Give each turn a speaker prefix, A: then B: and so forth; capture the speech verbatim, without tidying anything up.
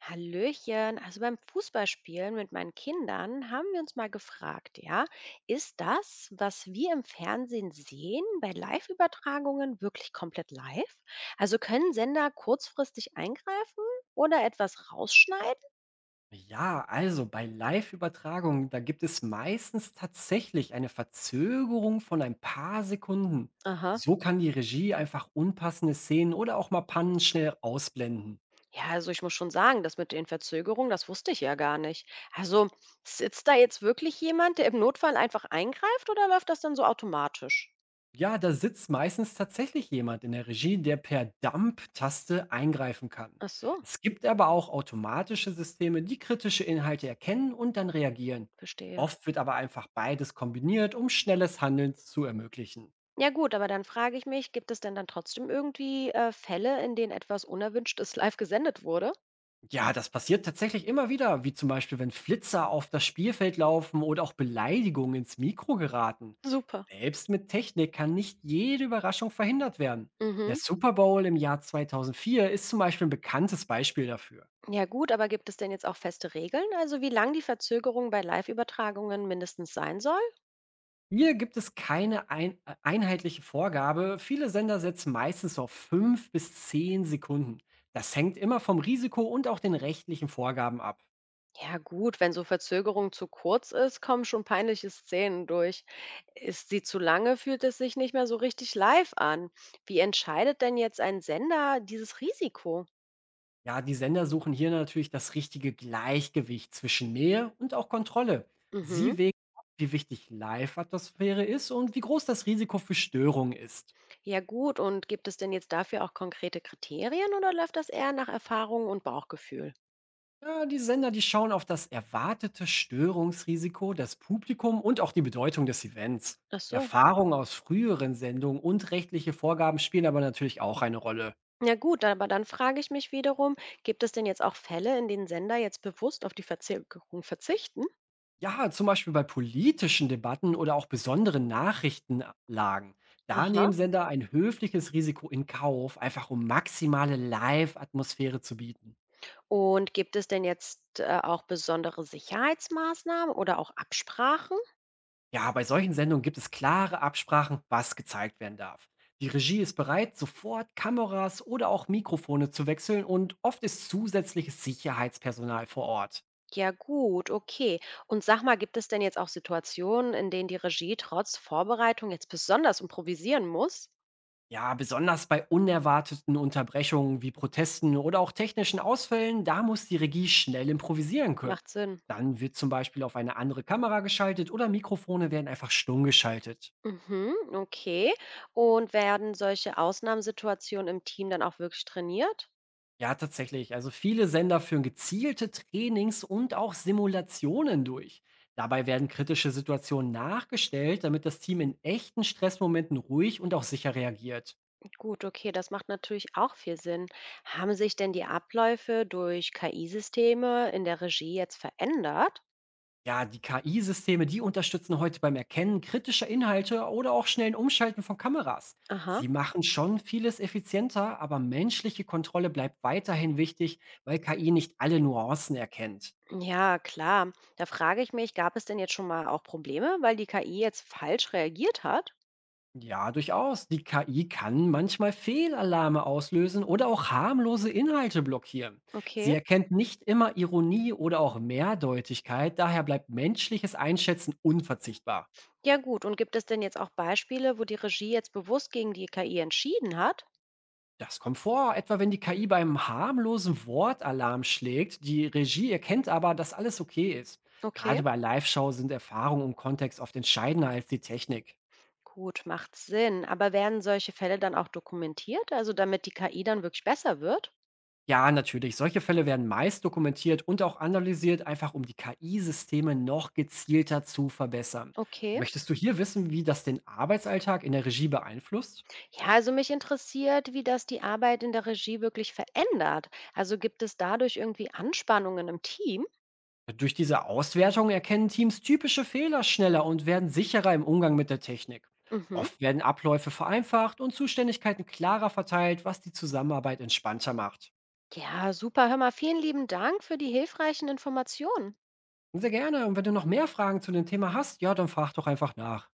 A: Hallöchen, also beim Fußballspielen mit meinen Kindern haben wir uns mal gefragt, ja, ist das, was wir im Fernsehen sehen, bei Live-Übertragungen wirklich komplett live? Also können Sender kurzfristig eingreifen oder etwas rausschneiden?
B: Ja, also bei Live-Übertragungen, da gibt es meistens tatsächlich eine Verzögerung von ein paar Sekunden.
A: Aha.
B: So kann die Regie einfach unpassende Szenen oder auch mal Pannen schnell ausblenden.
A: Ja, also ich muss schon sagen, das mit den Verzögerungen, das wusste ich ja gar nicht. Also sitzt da jetzt wirklich jemand, der im Notfall einfach eingreift oder läuft das dann so automatisch?
B: Ja, da sitzt meistens tatsächlich jemand in der Regie, der per Dump-Taste eingreifen kann.
A: Ach so,
B: Es gibt aber auch automatische Systeme, die kritische Inhalte erkennen und dann reagieren.
A: verstehe.
B: Oft wird aber einfach beides kombiniert, um schnelles Handeln zu ermöglichen.
A: Ja gut, aber dann frage ich mich, gibt es denn dann trotzdem irgendwie, äh, Fälle, in denen etwas Unerwünschtes live gesendet wurde?
B: Ja, das passiert tatsächlich immer wieder, wie zum Beispiel, wenn Flitzer auf das Spielfeld laufen oder auch Beleidigungen ins Mikro geraten.
A: Super.
B: Selbst mit Technik kann nicht jede Überraschung verhindert werden. Der
A: Mhm.
B: Super Bowl im Jahr zweitausendvier ist zum Beispiel ein bekanntes Beispiel dafür.
A: Ja gut, aber gibt es denn jetzt auch feste Regeln, also wie lang die Verzögerung bei Live-Übertragungen mindestens sein soll?
B: Hier gibt es keine ein äh, einheitliche Vorgabe. Viele Sender setzen meistens auf fünf bis zehn Sekunden. Das hängt immer vom Risiko und auch den rechtlichen Vorgaben ab.
A: Ja gut, wenn so Verzögerung zu kurz ist, kommen schon peinliche Szenen durch. Ist sie zu lange, fühlt es sich nicht mehr so richtig live an. Wie entscheidet denn jetzt ein Sender dieses Risiko?
B: Ja, die Sender suchen hier natürlich das richtige Gleichgewicht zwischen Nähe und auch Kontrolle.
A: Mhm.
B: Sie wägen ab, wie wichtig Live-Atmosphäre ist und wie groß das Risiko für Störungen ist.
A: Ja gut, und gibt es denn jetzt dafür auch konkrete Kriterien oder läuft das eher nach Erfahrung und Bauchgefühl?
B: Ja, die Sender, die schauen auf das erwartete Störungsrisiko, das Publikum und auch die Bedeutung des Events.
A: Ach so.
B: Erfahrungen aus früheren Sendungen und rechtliche Vorgaben spielen aber natürlich auch eine Rolle.
A: Ja gut, aber dann frage ich mich wiederum, gibt es denn jetzt auch Fälle, in denen Sender jetzt bewusst auf die Verzögerung verzichten?
B: Ja, zum Beispiel bei politischen Debatten oder auch besonderen Nachrichtenlagen. Da
A: Aha.
B: nehmen Sender ein höfliches Risiko in Kauf, einfach um maximale Live-Atmosphäre zu bieten.
A: Und gibt es denn jetzt äh, auch besondere Sicherheitsmaßnahmen oder auch Absprachen?
B: Ja, bei solchen Sendungen gibt es klare Absprachen, was gezeigt werden darf. Die Regie ist bereit, sofort Kameras oder auch Mikrofone zu wechseln und oft ist zusätzliches Sicherheitspersonal vor Ort.
A: Ja gut, okay. Und sag mal, gibt es denn jetzt auch Situationen, in denen die Regie trotz Vorbereitung jetzt besonders improvisieren muss?
B: Ja, besonders bei unerwarteten Unterbrechungen wie Protesten oder auch technischen Ausfällen, da muss die Regie schnell improvisieren können.
A: Macht Sinn.
B: Dann wird zum Beispiel auf eine andere Kamera geschaltet oder Mikrofone werden einfach stumm geschaltet.
A: Mhm, okay. Und werden solche Ausnahmesituationen im Team dann auch wirklich trainiert?
B: Ja, tatsächlich. Also viele Sender führen gezielte Trainings und auch Simulationen durch. Dabei werden kritische Situationen nachgestellt, damit das Team in echten Stressmomenten ruhig und auch sicher reagiert.
A: Gut, okay, das macht natürlich auch viel Sinn. Haben sich denn die Abläufe durch K I-Systeme in der Regie jetzt verändert?
B: Ja, die K I-Systeme, die unterstützen heute beim Erkennen kritischer Inhalte oder auch schnellen Umschalten von Kameras.
A: Aha.
B: Sie machen schon vieles effizienter, aber menschliche Kontrolle bleibt weiterhin wichtig, weil K I nicht alle Nuancen erkennt.
A: Ja, klar. Da frage ich mich, gab es denn jetzt schon mal auch Probleme, weil die K I jetzt falsch reagiert hat?
B: Ja, durchaus. Die K I kann manchmal Fehlalarme auslösen oder auch harmlose Inhalte blockieren.
A: Okay.
B: Sie erkennt nicht immer Ironie oder auch Mehrdeutigkeit, daher bleibt menschliches Einschätzen unverzichtbar.
A: Ja, gut. Und gibt es denn jetzt auch Beispiele, wo die Regie jetzt bewusst gegen die K I entschieden hat?
B: Das kommt vor, etwa wenn die K I beim harmlosen Wort Alarm schlägt. Die Regie erkennt aber, dass alles okay ist.
A: Okay.
B: Gerade bei Live-Show sind Erfahrung und Kontext oft entscheidender als die Technik.
A: Gut, macht Sinn. Aber werden solche Fälle dann auch dokumentiert, also damit die K I dann wirklich besser wird?
B: Ja, natürlich. Solche Fälle werden meist dokumentiert und auch analysiert, einfach um die K I-Systeme noch gezielter zu verbessern.
A: Okay.
B: Möchtest du hier wissen, wie das den Arbeitsalltag in der Regie beeinflusst?
A: Ja, also mich interessiert, wie das die Arbeit in der Regie wirklich verändert. Also gibt es dadurch irgendwie Anspannungen im Team?
B: Durch diese Auswertung erkennen Teams typische Fehler schneller und werden sicherer im Umgang mit der Technik.
A: Mhm.
B: Oft werden Abläufe vereinfacht und Zuständigkeiten klarer verteilt, was die Zusammenarbeit entspannter macht.
A: Ja, super. Hör mal, vielen lieben Dank für die hilfreichen Informationen.
B: Sehr gerne. Und wenn du noch mehr Fragen zu dem Thema hast, ja, dann frag doch einfach nach.